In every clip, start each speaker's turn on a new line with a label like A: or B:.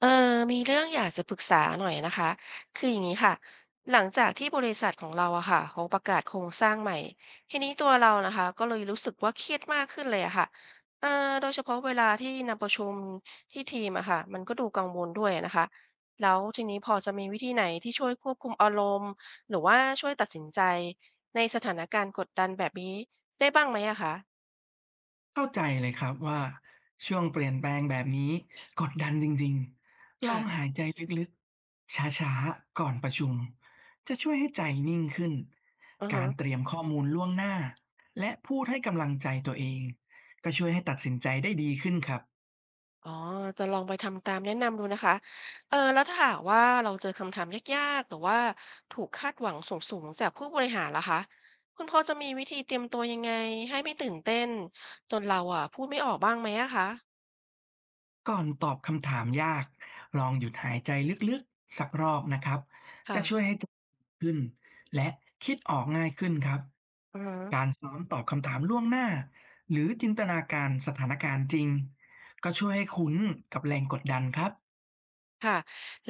A: เออมีเรื่องอยากจะปรึกษาหน่อยนะคะคืออย่างนี้ค่ะหลังจากที่บริษัทของเราอะค่ะเขาประกาศโครงสร้างใหม่ ทีนี้ตัวเรานะคะก็เลยรู้สึกว่าเครียดมากขึ้นเลยอะค่ะเออโดยเฉพาะเวลาที่นัดประชุมที่ทีมอะค่ะ มันก็ดูกังวลด้วยนะคะ แล้วทีนี้พอจะมีวิธีไหนที่ช่วยควบคุมอารมณ์หรือว่าช่วยตัดสินใจในสถานการณ์กดดันแบบนี้ได้บ้างไหมอะคะ
B: เข้าใจเลยครับว่าช่วงเปลี่ยนแปลงแบบนี้กดดันจริงๆลอง
A: ค่ะ
B: หายใจลึกๆช้าๆก่อนประชุมจะช่วยให้ใจนิ่งขึ้น
A: อือ
B: กา
A: ฮึ
B: รเตรียมข้อมูลล่วงหน้าและพูดให้กำลังใจตัวเองก็ช่วยให้ตัดสินใจได้ดีขึ้นครับ
A: อ๋อจะลองไปทำตามแนะนำดูนะคะเออแล้วถ้าหากว่าเราเจอคำถามยากๆหรือว่าถูกคาดหวังสูงๆจากผู้บริหารล่ะคะคุณพอจะมีวิธีเตรียมตัวยังไงให้ไม่ตื่นเต้นจนเราอ่ะพูดไม่ออกบ้างไหมอะคะ
B: ก่อนตอบคำถามยากลองหยุดหายใจลึกๆสักรอบนะครับจะ
A: ค่ะ
B: ช่วยให้ใจขึ้นและคิดออกง่ายขึ้นครับ
A: อือฮึ
B: การซ้อมตอบคำถามล่วงหน้าหรือจินตนาการสถานการณ์จริงก็ช่วยให้คุ้นกับแรงกดดันครับ
A: ค่ะ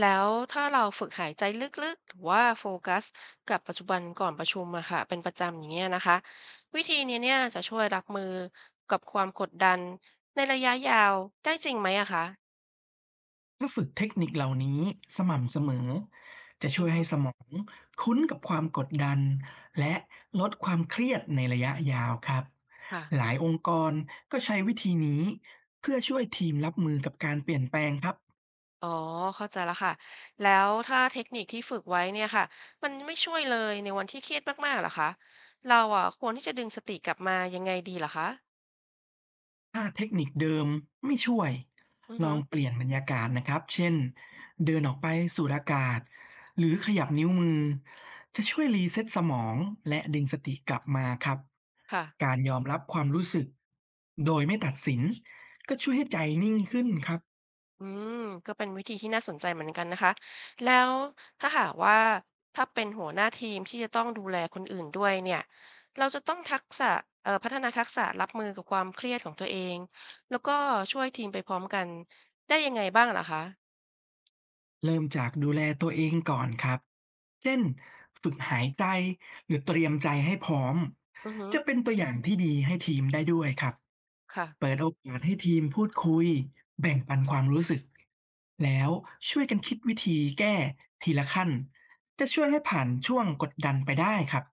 A: แล้วถ้าเราฝึกหายใจลึกๆหรือว่าโฟกัสกับปัจจุบันก่อนประชุมอะค่ะเป็นประจำอย่างเงี้ยนะคะวิธีนี้เนี่ยจะช่วยรับมือกับความกดดันในระยะยาวได้จริงไหมอะคะ
B: ถ้าฝึกเทคนิคเหล่านี้สม่ำเสมอจะช่
A: อื
B: ว
A: อ
B: ย
A: ฮึ
B: ให้สมองคุ้นกับความกดดันและลดความเครียดในระยะยาวครับห
A: ค่ะ
B: ลายองค์กรก็ใช้วิธีนี้เพื่อช่วยทีมรับมือกับการเปลี่ยนแปลงครับ
A: อ๋อเข้าใจแล้วค่ะแล้วถ้าเทคนิคที่ฝึกไว้เนี่ยค่ะมันไม่ช่วยเลยในวันที่เครียดมากๆเหรอคะเราอ่ะควรที่จะดึงสติกลับมายังไงดีเหรอคะ
B: ถ้าเทคนิคเดิมไม่ช่วย
A: อือ
B: ลอ
A: ฮึ
B: งเปลี่ยนบรรยากาศนะครับเช่นเดินออกไปสูดอากาศหรือขยับนิ้วมือจะช่วยรีเซ็ตสมองและดึงสติกลับมาครับ
A: ค่ะ
B: การยอมรับความรู้สึกโดยไม่ตัดสินก็ช่วยให้ใจนิ่งขึ้นครับ
A: อืมก็เป็นวิธีที่น่าสนใจเหมือนกันนะคะแล้วถ้าหากว่าถ้าเป็นหัวหน้าทีมที่จะต้องดูแลคนอื่นด้วยเนี่ยเราจะต้องทักษะพัฒนาทักษะรับมือกับความเครียดของตัวเองแล้วก็ช่วยทีมไปพร้อมกันได้ยังไงบ้างเหรอคะ
B: เริ่มจากดูแลตัวเองก่อนครับเช่นฝึกหายใจหรือเตรียมใจให้พร้อม
A: อือฮึ
B: จะเป็นตัวอย่างที่ดีให้ทีมได้ด้วยครับ
A: ค่ะ
B: เปิดโอกาสให้ทีมพูดคุยแบ่งปันความรู้สึกแล้วช่วยกันคิดวิธีแก้ทีละขั้นจะช่วยให้ผ่านช่วงกดดันไปได้ครับ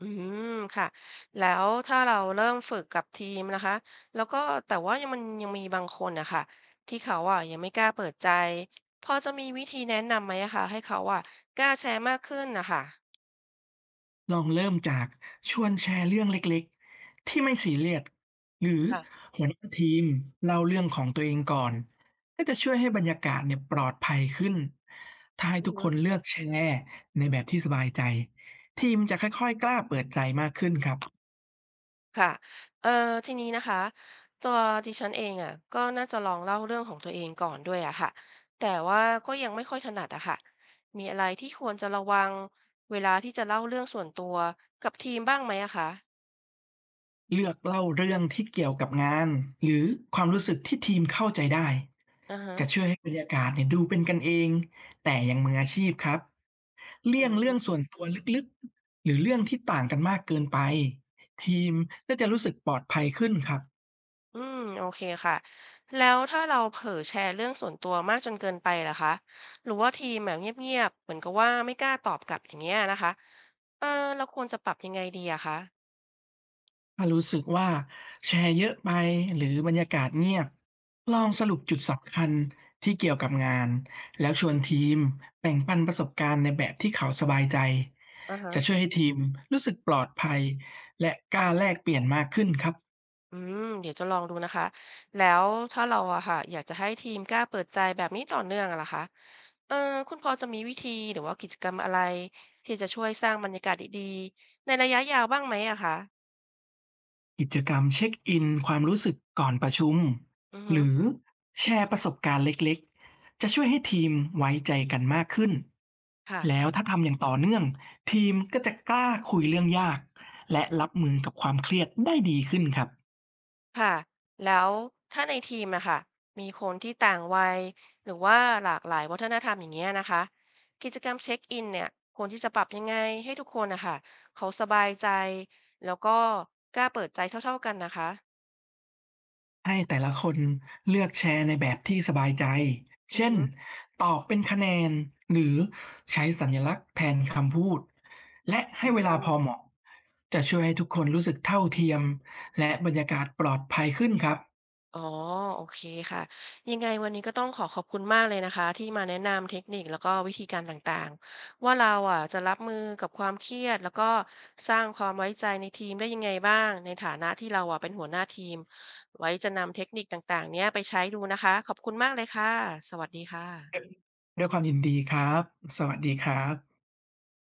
A: อืมค่ะแล้วถ้าเราเริ่มฝึกกับทีมนะคะแล้วก็แต่ว่ายังมีบางคนนะคะที่เขาอ่ะยังไม่กล้าเปิดใจพอจะมีวิธีแนะนำไหมอะคะให้เขาอ่ะกล้าแชร์มากขึ้นนะคะ
B: ลองเริ่มจากชวนแชร์เรื่องเล็กๆที่ไม่ซีเรียสหรือ
A: ค่ะ
B: หัวหน้าทีมเล่าเรื่องของตัวเองก่อนก็จะช่วยให้บรรยากาศเนี่ยปลอดภัยขึ้นถ้าให้
A: อือ
B: ทุกค
A: ฮึ
B: นเลือกแชร์ในแบบที่สบายใจทีมจะค่อยๆกล้าเปิดใจมากขึ้นครับ
A: ค่ะเอ่อทีนี้นะคะตัวดิฉันเองอ่ะก็น่าจะลองเล่าเรื่องของตัวเองก่อนด้วยอะค่ะแต่ว่าก็ยังไม่ค่อยถนัดอะค่ะมีอะไรที่ควรจะระวังเวลาที่จะเล่าเรื่องส่วนตัวกับทีมบ้างไหมอะคะ
B: เลือกเล่าเรื่องที่เกี่ยวกับงานหรือความรู้สึกที่ทีมเข้าใจได้
A: อือฮะ
B: จะช่วยให้บรรยากาศเนี่ยดูเป็นกันเองแต่ยังมืออาชีพครับ
A: อื
B: เลี่ยงเรื่
A: ม
B: องส่วนตัวลึกๆหรือเรื่องที่ต่างกันมากเกินไปทีมก็จะรู้สึกปลอดภัยขึ้นครับ
A: อืมโอเคค่ะแล้วถ้าเราเผลอแชร์เรื่องส่วนตัวมากจนเกินไปล่ะคะหรือว่าทีมแบบเงียบๆเหมือนกับว่าไม่กล้าตอบกลับอย่างเงี้ยนะคะเออเราควรจะปรับยังไงดีอะคะ
B: ถ้ารู้สึกว่าแชร์เยอะไปหรือบรรยากาศเงียบลอ
A: อื
B: งส
A: ม
B: รุปจุดสำคัญที่เกี่ยวกับงานแล้วชวนทีมแบ่งปันประสบการณ์ในแบบที่เขาสบายใจ
A: อ่าฮะ
B: จะช่วยให้ทีมรู้สึกปลอดภัยและกล้าแลกเปลี่ยนมากขึ้นครับ
A: อืมเดี๋ยวจะลองดูนะคะแล้วถ้าเราอะค่ะอยากจะให้ทีมกล้าเปิดใจแบบนี้ต่อเนื่องอะล่ะคะเออคุณพอจะมีวิธีหรือว่ากิจกรรมอะไรที่จะช่วยสร้างบรรยากาศดีๆในระยะยาวบ้างไหมอะคะ
B: กิจกรรมเช็กอินความรู้สึกก่อนประชุม
A: อือ
B: ห
A: ฮึ
B: รือแชร์ประสบการณ์เล็กๆจะช่วยให้ทีมไว้ใจกันมากขึ้น
A: ค่ะ
B: แล้วถ้าทำอย่างต่อเนื่องทีมก็จะกล้าคุยเรื่องยากและรับมือกับความเครียดได้ดีขึ้นครับ
A: ค่ะแล้วถ้าในทีมอะค่ะมีคนที่ต่างวัยหรือว่าหลากหลายวัฒนธรรมอย่างเงี้ยนะคะกิจกรรมเช็คอินเนี่ยควรที่จะปรับยังไงให้ทุกคนนะคะเขาสบายใจแล้วก็กล้าเปิดใจเท่าๆกันนะคะ
B: ให้แต่ละคนเลือกแชร์ในแบบที่สบายใจ
A: อือ
B: เช่น
A: ฮึ
B: ตอบเป็นคะแนนหรือใช้สัญลักษณ์แทนคำพูด และ
A: อื
B: ให้เวลาพอเห
A: ม
B: มาะจะช่วยให้ทุกคนรู้สึกเท่าเทียมและบรรยากาศปลอดภัยขึ้นครับ
A: อ๋อโอเคค่ะยังไงวันนี้ก็ต้องขอขอบคุณมากเลยนะคะที่มาแนะนำเทคนิคแล้วก็วิธีการต่างๆว่าเราอ่ะจะรับมือกับความเครียดแล้วก็สร้างความไว้ใจในทีมได้ยังไงบ้างในฐานะที่เราอ่ะเป็นหัวหน้าทีมไว้จะนำเทคนิคต่างๆเนี้ยไปใช้ดูนะคะขอบคุณมากเลยค่ะสวัสดีค
B: ด้วย
A: ่ะ
B: ด้วยความยินดีครับ สวัสดีครับ